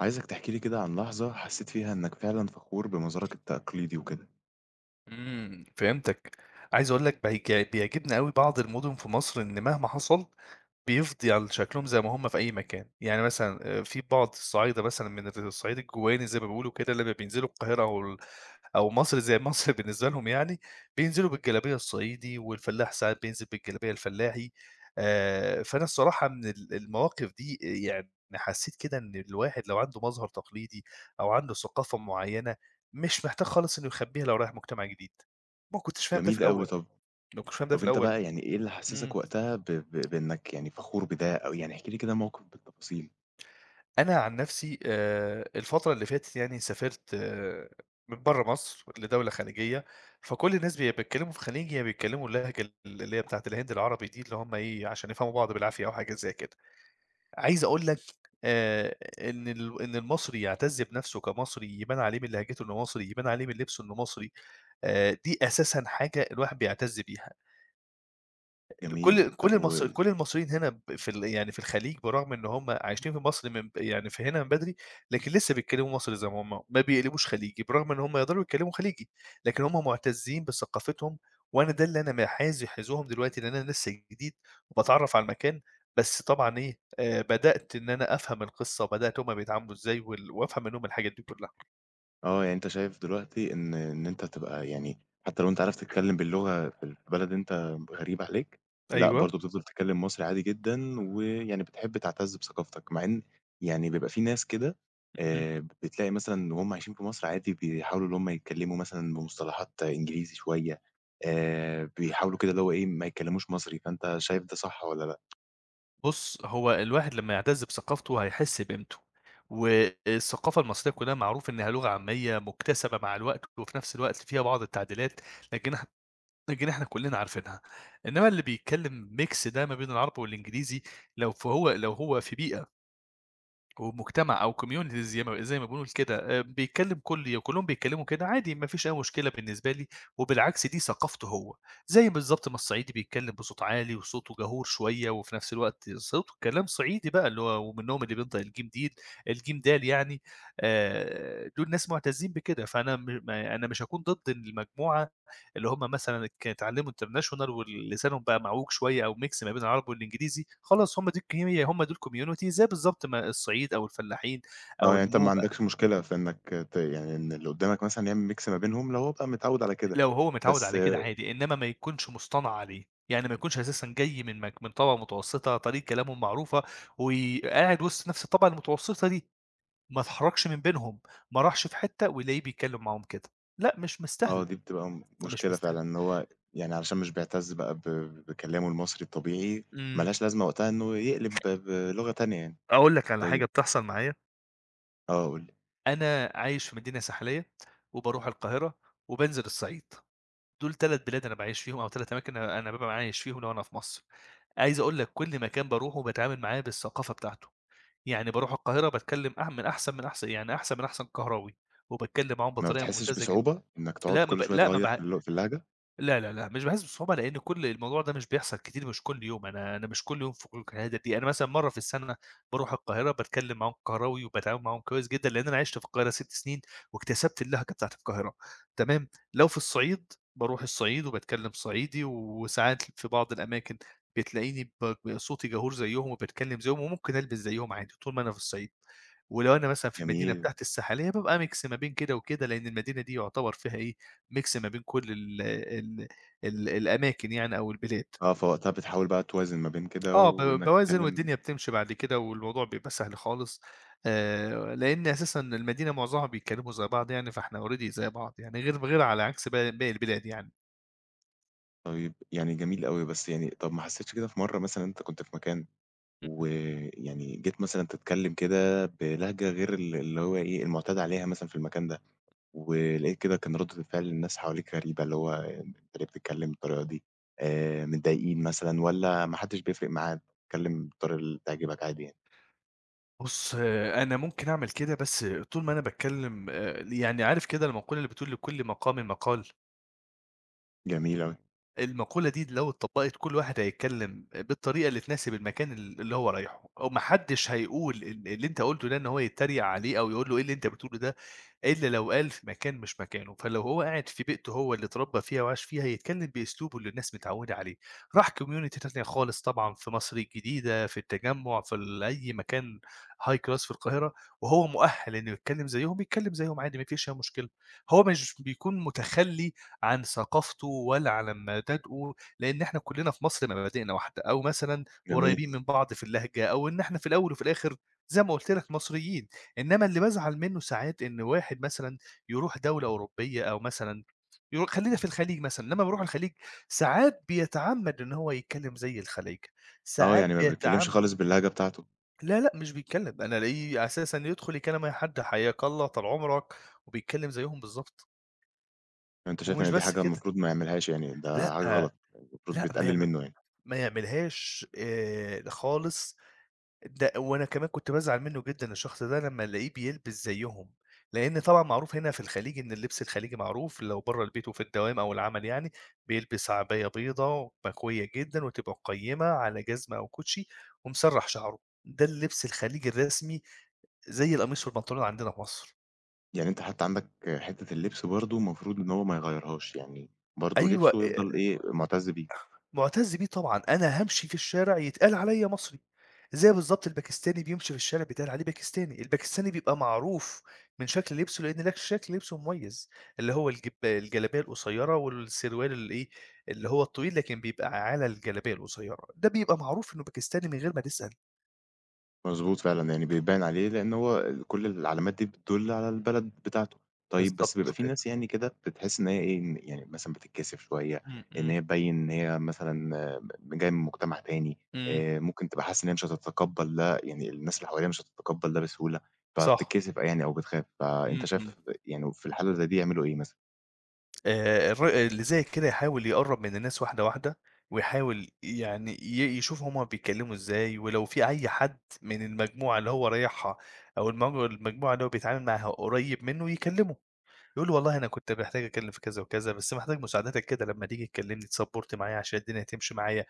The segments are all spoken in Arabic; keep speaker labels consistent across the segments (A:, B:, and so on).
A: عايزك تحكي لي كده عن لحظة حسيت فيها إنك فعلًا فخور بمزارك التقليدي وكده.
B: فهمتك. عايز أقول لك بيعجبني أوي بعض المُدن في مصر إن مهما حصل بيفضل على شكلهم زي ما هم في أي مكان. يعني مثلًا في بعض الصعايدة مثلًا من الصعيد الجوّاني زي ما بيقولوا كده، لمّا بينزلوا القاهرة أو مصر زي مصر بالنسبة لهم يعني، بينزلوا بالجلابية الصعيدي، والفلاح ساعات بينزل بالجلابية الفلاحي. فأنا الصراحة من المواقف دي يعني حسّيت كده إن الواحد لو عنده مظهر تقليدي أو عنده ثقافة معيّنة مش محتاج خالص إنه يخبّيها لو رايح مجتمع جديد. ما كنتش فاهم ده في
A: جميل
B: الأول،
A: أوي. طَب
B: ما كنتش فاهم ده في
A: طَب أنت
B: الأول.
A: بقى، يعني إيه اللي
B: إمم.
A: حسسك وقتها ب ب بإنك يعني فخور بده؟ أو يعني احكِ لي كده موقف بالتفاصيل.
B: أنا عن نفسي الفترة اللي فاتت يعني سافرت من برّه مصر لدولة خليجية، فكل الناس بيتكلّموا في خليجي يا بيتكلّموا اللهجة اللي هي بتاعة الهند العربي دي، اللي هم إيه، عشان يفهموا بعض بالعافية أو حاجة زي كده. عايز أقول لك آآ إن المصري يعتز بنفسه كمصري، يبان عليه من لهجته إنه مصري، يبان عليه من لبسه إنه مصري، دي أساسًا حاجة الواحد بيعتز بيها.
A: جميل.
B: لكل كل
A: طَب.
B: المصر
A: و
B: كل المصريين هنا ب في ال يعني في الخليج برغم إن هم عايشين في مصر من ب يعني في هنا من بدري، لكن لسه بيتكلموا مصري زي ما هم، ما بيقلبوش خليجي، برغم إن هم يقدروا يتكلموا خليجي، لكن هم معتزين بثقافتهم، وأنا ده اللي أنا م حاز حزوهم دلوقتي لإن أنا لسه جديد وباتعرّف على المكان، بس طبعًا إيه، بدأت إن أنا أفهم القصة وبدأت هم بيتعاملوا إزاي وأفهم منهم الحاجات دي كلها.
A: آه، يعني أنت شايف دلوقتي إن أنت تبقى، يعني حتى لو أنت عارف تتكلّم باللغة في بلد أنت غريبة عليك، لأ
B: أيوه.
A: برضه بتفضل تتكلّم مصري عادي جدًا، ويعني بتحب تعتز بثقافتك. مع إن يعني بيبقى في ناس كده،
B: إمم.
A: بتلاقي مثلًا وهُم عايشين في مصر عادي بيحاولوا إن هُم يتكلّموا مثلًا بمصطلحات إنجليزي شوية. بيحاولوا كده، اللي هو إيه، ما يتكلّموش مصري. فأنت شايف ده صح والّا لأ؟
B: بُص، هو الواحد لمّا يعتز بثقافته هيحس بقيمته، والثقافة المصرية كلها معروف إنها لغة عامية مكتسبة مع الوقت، وفي نفس الوقت فيها بعض التعديلات، لكن إح لكن إحنا كلنا عارفينها، إنما اللي بيتكلم mix ده ما بين العربي والإنجليزي لو هو في بيئة ومجتمع أو communities زي ما بنقول كده بيتكلم كلّهم بيتكلموا كده عادي ما فيش أي مشكلة بالنسبة لي، وبالعكس دي ثقافته هو، زي بالضبط ما الصعيدي بيتكلم بصوت عالي وصوته جهور شوية، وفي نفس الوقت صوته كلام صعيدي بقى اللي هو ومنهم اللي بينطق الجيم د يعني دول ناس معتزين بكده، فأنا م ما أنا مش هاكون ضد إن المجموعة اللي هم مثلًا اتعلموا international ولسانهم بقى معوج شوية أو mix ما بين العربي والإنجليزي، خلاص هم ديك هي هم دول community زي بالضبط ما الصعيد أو الفلاحين
A: آه،
B: أو
A: يعني أنت ما
B: النوبة،
A: عندكش مشكلة في إنك، يعني إن اللي قدّامك مثلًا يعمل mix ما بينهم لو هو بقى متعوّد على كده.
B: لو هو متعوّد
A: بس
B: على كده عادي، إنما ما يكونش مصطنع عليه، يعني ما يكونش أساسًا جاي من طبقة متوسطة، طريقة كلامهم معروفة وقاعد وسط نفس الطبقة المتوسطة دي، ما اتحركش من بينهم، ما راحش في حتة ويلاقيه بيتكلم معاهم كده، لأ مش
A: آه،
B: مستاهلة،
A: دي بتبقى
B: مش
A: مشكلة فعلًا،
B: مستاهلة.
A: إن هو يعني علشان مش بيعتز بقى ب ب- بكلامه المصري الطبيعي، ما
B: إمم،
A: لهاش لازمة وقتها إنه يقلب بلغة تانية يعني.
B: أقول لك على حاجة
A: طيب.
B: بتحصل معايا.
A: آه، قُل لي.
B: أنا عايش في مدينة ساحلية، وباروح القاهرة، وبانزل الصعيد، دول 3 بلاد أنا باعيش فيهم أو 3 أماكن أنا بابقى عايش فيهم لو أنا في مصر. عايز أقول لك كل مكان باروحه باتعامل معاه بالثقافة بتاعته، يعني باروح القاهرة باتكلم أح من أحسن من أحسن يعني أحسن من أحسن قهراوي، وباتكلم معاهم
A: ما
B: بطريقة
A: بتحسّش
B: ممتازة جدًا.
A: بصعوبة إنّك تقعد
B: لأ ما ب
A: كل شوية
B: لأ ما
A: تغيّر في
B: باع
A: اللهجة؟
B: لا، لا، لأ، مش باحس بصعوبة لإن كل الموضوع ده مش بيحصل كتير، مش كل يوم، أنا مش كل يوم في كل القاهرة دي، أنا مثلًا مرّة في السنة باروح القاهرة باتكلم معاهم قهراوي وباتعامل معاهم كويس جدا، لإن أنا عِشت في القاهرة 6 سنين واكتسبت اللهجة بتاعة القاهرة، تمام؟ لو في الصعيد، باروح الصعيد وباتكلم صعيدي، وساعات في بعض الأماكن بتلاقيني ب ب صوتي جهور زيّهم وباتكلم زيّهم، وممكن ألبس زيّهم عادي طول ما أنا في الصعيد، ولو أنا مثلًا في المدينة
A: جميل.
B: بتاعتي الساحلية، بابقى mix ما بين كده وكده، لإن المدينة دي يعتبر فيها إيه، mix ما بين كل ال ال ال الأماكن يعني أو البلاد.
A: آه، فوقتها بتحاول بقى توازن ما بين كده
B: آه،
A: وإنّك
B: باوازن
A: تتكلم.
B: والدنيا بتمشي بعد كده والموضوع بيبقى سهل خالص، لإن أساسًا المدينة معظمها بيتكلموا زي بعض يعني، فإحنا already زي بعض يعني، غير على عكس باقي البلاد يعني.
A: طيب، يعني جميل أوي. بس يعني طب ما حسّيتش كده في مرّة مثلًا أنت كنت في مكان،
B: إمم.
A: ويعني جيت مثلًا تتكلم كده بلهجة غير اللي هو إيه، المُعتاد عليها مثلًا في المكان ده؟ ولقيت كده كان ردة فعل الناس حواليك غريبة، اللي هو أنت ليه بتتكلم بالطريقة دي؟ متضايقين مثلًا والّا ما حدش بيفرق معاه بتتكلم بالطريقة اللي تعجبك عادي يعني؟
B: بُص، أنا ممكن أعمل كده، بس طول ما أنا باتكلم يعني عارف كده المقولة اللي بتقول لكل مقام مقال؟
A: جميل أوي.
B: المقولة دي لو اتطبّقت كل واحد هيتكلّم بالطريقة اللي تناسب المكان اللي هو رايحه، وما حدّش هيقول اللي أنت قُلته ده إن هو يتّريق عليه أو يقول له إيه اللي أنت بتقوله ده إلا لو قال في مكان مش مكانه، فلو هو قاعد في بيئته هو اللي اتربى فيها وعاش فيها، يتكلّم بأسلوبه اللي الناس متعوّدة عليه، راح community تانية خالص طبعًا في مصر الجديدة، في التجمُّع، في أي مكان high class في القاهرة، وهو مؤهّل إنه يتكلّم زيّهم، يتكلّم زيّهم عادي ما فيش أي مشكلة، هو مش بيكون متخلّي عن ثقافته ولا على مبادئه، لإن إحنا كُلّنا في مصر مبادئنا واحدة أو مثلًا
A: جميل.
B: قريّبين من بعض في اللهجة أو إن إحنا في الأول وفي الآخر زي ما قُلت لك مصريين. إنما اللي بازعل منّه ساعات إن واحد مثلًا يروح دولة أوروبية أو مثلًا خلّينا في الخليج مثلًا، لمّا بيروح الخليج ساعات بيتعمّد إن هو يتكلّم زي الخلايجة،
A: آه،
B: ساعات
A: يعني ما بيتكلمش
B: بيتعم
A: خالص باللهجة بتاعته.
B: لا، لأ مش بيتكلّم، أنا ألاقيه أساسًا يدخُل يكلّم أي حد، حياك الله، طال عمرك، وبيتكلّم زيّهم بالضبط،
A: يعني أنت شايف
B: ومش
A: إن دي
B: بس
A: حاجة
B: كده
A: المفروض ما يعملهاش يعني؟ ده حاجة
B: لأ،
A: غلط، المفروض
B: لأ ما
A: بتقلل
B: يعم
A: منه يعني.
B: ما يعملهاش خالص ده وأنا كمان كنت بازعل منّه جدًا الشخص ده لمّا ألاقيه بيلبس زيّهم، لإن طبعًا معروف هنا في الخليج إن اللبس الخليجي معروف لو برّه البيت وفي الدوام أو العمل يعني، بيلبس عباية بيضا مكوية جدًا وتبقى مقيّمة على جزمة أو كوتشي ومسرّح شعره، ده اللبس الخليجي الرسمي زي القميص والبنطلون عندنا في مصر.
A: يعني أنت حتى عندك حتة اللبس برضه، المفروض إن هو ما يغيّرهاش. يعني برضه
B: أيوه.
A: لبسه يفضل إيه، معتز بيه.
B: مُعتَز بيه طبعًا، أنا هامشي في الشارع يتقال عليّا مصري، زي بالضبط الباكستاني بيمشي في الشارع بيتقال عليه باكستاني، الباكستاني بيبقى معروف من شكل لبسه لإن لك شكل لبسه مميز، اللي هو الجلابية القصيّرة والسروال الإيه، اللي هو الطويل لكن بيبقى على الجلابية القصيّرة، ده بيبقى معروف إنه باكستاني من غير ما تسأل.
A: مضبوط فعلًا. يعني بيبان عليه، لأن هو كل العلامات دي بتدُل على البلد بتاعته. طيب بس
B: بالضبط
A: بيبقى في
B: كده،
A: ناس، يعني كده بتحس إن هي إيه، إن يعني مثلًا بتتكسف شوية،
B: إمم،
A: إن
B: إمم،
A: هي تبيّن إن هي مثلًا جاية من مجتمع تاني.
B: إمم،
A: ممكن تبقى حاسة إن هي مش هتتقبّل ده، يعني الناس اللي حواليها مش هتتقبّل ده بسهولة،
B: صح،
A: فبتتكسف يعني أو بتخاف.
B: إمم،
A: فأنت
B: إمم.
A: شايف يعني في الحالة زي دي يعملوا إيه مثلًا؟
B: الر اللي زي كده يحاول يقرّب من الناس واحدة، واحدة، ويحاول يعني يشوف هُم بيتكلموا إزاي، ولو في أي حد من المجموعة اللي هو رايحها أو المجموعة اللي هو بيتعامل معاها قريب منه يكلمه، يقول له والله أنا كنت محتاج أتكلم في كذا وكذا، بس محتاج مساعدتك كده لمّا تيجي تكلمني تسبورت معايا عشان الدنيا تمشي معايا.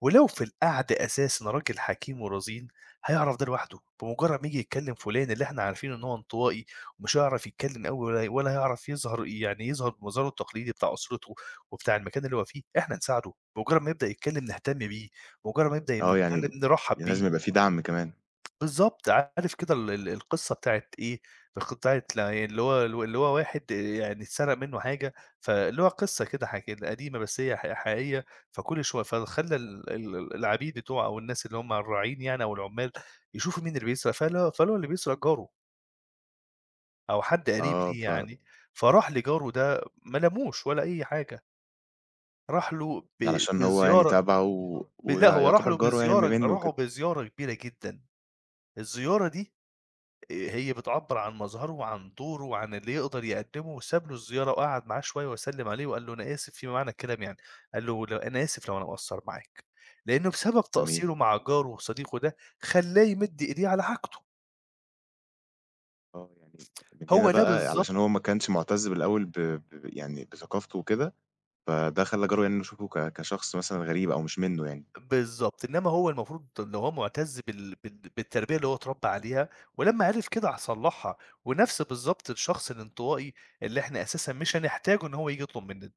B: ولو في القعد أساسًا راجل حكيم ورزين، هيعرف ده لوحده، بمجرد ما ييجي يتكلم فلان اللي إحنا عارفينه إن هو انطوائي ومش هيعرف يتكلم أوي ولا هيعرف يظهر يعني يظهر بمظهره التقليدي بتاع أسرته وبتاع المكان اللي هو فيه، إحنا نساعده، بمجرد ما يبدأ يتكلم نهتم بيه، بمجرد ما يبدأ
A: آه،
B: نتكلم
A: يعني
B: نرحّب بيه.
A: لازم يبقى في دعم كمان.
B: بالضبط، عارف كده ال ال القصة بتاعة إيه، بتاعة لا يعني اللي هو واحد يعني اتسرق منّه حاجة، فاللي هو قصة كده حكي قديمة بس هي حقيقية، فكل شوية فخلّى ال ال العبيد بتوعه أو الناس اللي هم الراعين يعني أو العمّال يشوفوا مين اللي بيسرق، فلقوا اللي بيسرق جاره أو حد قريب
A: آه،
B: ليه
A: ف
B: يعني، فراح لجاره ده ما لاموش ولا أي حاجة، راح له ب
A: علشان هو يعني
B: بزيارة
A: تابعه و
B: ب لأ هو
A: ويعتبر جاره، يعني منّه
B: راحوا
A: وكده.
B: بزيارة كبيرة جدًا، الزيارة دي هي بتعبّر عن مظهره وعن دوره وعن اللي يقدر يقدّمه، وساب له الزيارة وقعد معاه شوية وسلِّم عليه وقال له: "أنا آسف." فيما معنى الكلام يعني، قال له: "لو أنا آسف لو أنا مقصّر معاك." لإنه بسبب
A: جميل.
B: تقصيره مع جاره وصديقه ده، خلّاه يمِد إيديه على حاجته،
A: آه، يعني من هنا
B: هو ده
A: بقى،
B: بالضبط.
A: علشان هو ما كانش مُعتَز بالأول ب يعني بثقافته وكده، فده خلّى جرّه، يعني إنه يشوفه كشخص مثلًا غريب أو مش منّه يعني.
B: بالضبط، إنّما هو المفروض لو هو مُعتَز بالتربية اللي هو اتربّى عليها، ولمّا عرف كده صلّحها، ونَفْس بالضبط الشخص الانطوائي اللي إحنا أساسًا مش هنحتاجه إن هو ييجي يطلب منّنا.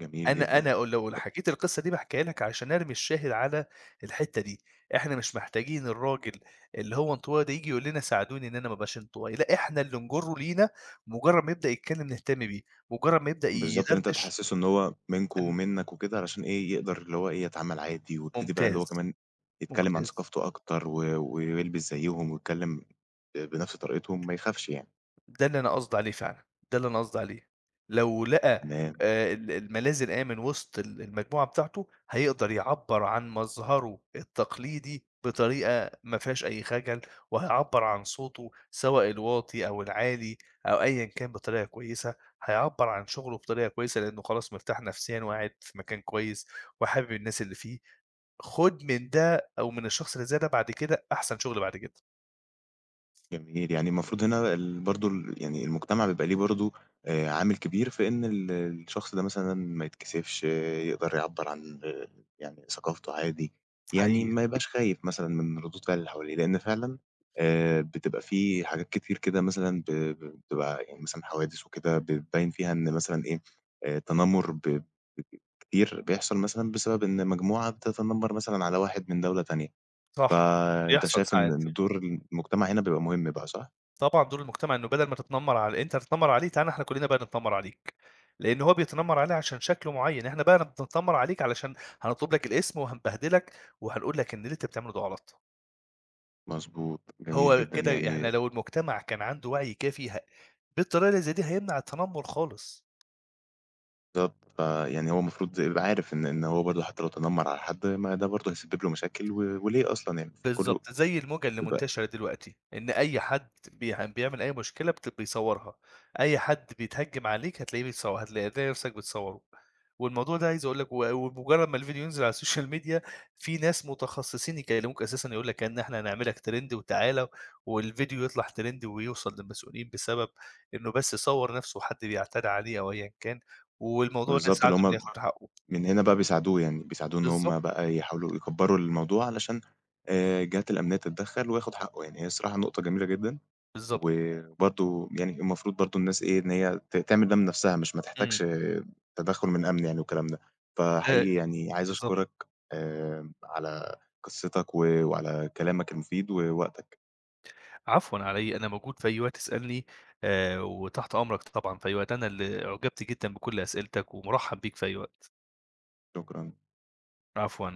A: جميل جدًا.
B: أنا أقول لو
A: ب
B: حكيت القصة دي باحكيها لك عشان أرمي الشاهد على الحتّة دي، إحنا مش محتاجين الراجل اللي هو انطوائي ده ييجي يقول لنا ساعدوني إن أنا ما أبقاش انطوائي، لأ إحنا اللي نجرّه لينا مجرّد ما يبدأ يتكلّم نهتم بيه، مجرّد ما يبدأ
A: بالضبط، إن أنت
B: يدردش
A: تحسّسه إن هو منكم
B: ن
A: ومنّك وكده، علشان إيه، يقدر اللي هو إيه، يتعامل عادي ويبتدي بقى اللي
B: ممتاز،
A: هو كمان يتكلّم عن
B: ممتاز.
A: ثقافته أكتر و ويلبس زيّهم ويتكلّم بنفس طريقتهم، ما يخافش يعني.
B: ده اللي أنا قصدي عليه فعلًا، ده اللي أنا قصدي عليه. لو لقى
A: تمام.
B: ال الملاذ الآمن وسط المجموعة بتاعته، هيقدر يعبّر عن مظهره التقليدي بطريقة ما فيهاش أي خجل، وهيعبّر عن صوته سواء الواطي أو العالي أو أيًا كان بطريقة كويسة، هيعبّر عن شغله بطريقة كويسة لأنه خلاص مرتاح نفسيًا وقاعد في مكان كويس وحابب الناس اللي فيه. خُد من ده أو من الشخص اللي زي ده بعد كده أحسن شغل بعد كده،
A: جميل، يعني المفروض هنا برضه يعني المجتمع بيبقى ليه برضه عامل كبير في إن الشخص ده مثلًا ما يتكسفش. آه، يقدر يعبّر عن، آه، يعني ثقافته عادي. يعني
B: حقيقي.
A: ما يبقاش خايف مثلًا من ردود فعل اللي حواليه، لإن فعلًا بتبقى في حاجات كتير كده مثلًا ب ب بتبقى يعني مثلًا حوادث وكده بتبين فيها إن مثلًا إيه، تنمُّر ب ب كتير بيحصل مثلًا بسبب إن مجموعة بتتنمر مثلًا على واحد من دولة تانية.
B: صح،
A: فأنت
B: بيحصل
A: شايف إن
B: ساعات.
A: إن دور المجتمع هنا بيبقى مهم بقى صح؟
B: طبعًا دور المجتمع إنه بدل ما تتنمر على أنت هتتنمر عليه، تعالَ إحنا كلنا بقى نتنمر عليك، لإن هو بيتنمر عليه عشان شكله معيّن، إحنا بقى بنتنمر عليك علشان هنطلب لك الاسم وهنبهدلك وهنقول لك إن اللي أنت بتعمله ده غلط،
A: مضبوط، جميل
B: هو
A: جدًا
B: كده
A: يعني.
B: إحنا لو المجتمع كان عنده وعي كافي بالطريقة اللي زي دي هيمنع التنمر خالص.
A: بالضبط. فيعني هو المفروض يبقى عارف إن هو برضه، حتى لو تنمّر على حد ما، ده برضه هيسبب له مشاكل و وليه أصلًا يعني المفروض كله
B: بالضبط، زي الموجة اللي
A: يبقى
B: منتشرة دلوقتي، إن أي حد بيعمل أي مشكلة بيصورها، أي حد بيتهجم عليك هتلاقيه بيتصو هتلا هتلاقي نفسك بتصوّره، والموضوع ده عايز أقول لك وبمجرد ما الفيديو ينزل على السوشيال ميديا في ناس متخصصين يكلموك أساسًا يقول لك إن إحنا هنعملك ترند وتعالَ، والفيديو يطلع ترند ويوصل للمسؤولين بسبب إنه بس صوّر نفسه وحد بيعتدى عليه أو أيًا كان، والموضوع ده
A: بالضبط
B: ساعده
A: اللي
B: إنه
A: هم،
B: ياخد حقه.
A: من هنا بقى بيساعدوه يعني، بيساعدوه إن هم
B: بالضبط،
A: بقى يحاولوا يكبّروا الموضوع علشان الجهات الأمنية تتدخّل وياخد حقه يعني. هي الصراحة نقطة جميلة جدًا.
B: بالضبط،
A: وبرضه يعني المفروض برضه الناس إيه، إن هي تعمل ده من نَفْسها، مش ما
B: إمم،
A: تحتاجش تدخُّل من أمن يعني والكلام ده. فحقيقي
B: ده
A: يعني عايز
B: بالضبط.
A: أشكرك، على قصّتك و وعلى كلامك المفيد ووقتك.
B: عفوًا على إيه، أنا موجود في أي وقت تسألني وتحت أمرك طبعًا في أي وقت، أنا اللي أُعجبت جدًا بكل أسئلتك ومُرحّب بيك في أي وقت،
A: شكرًا.
B: عفوًا.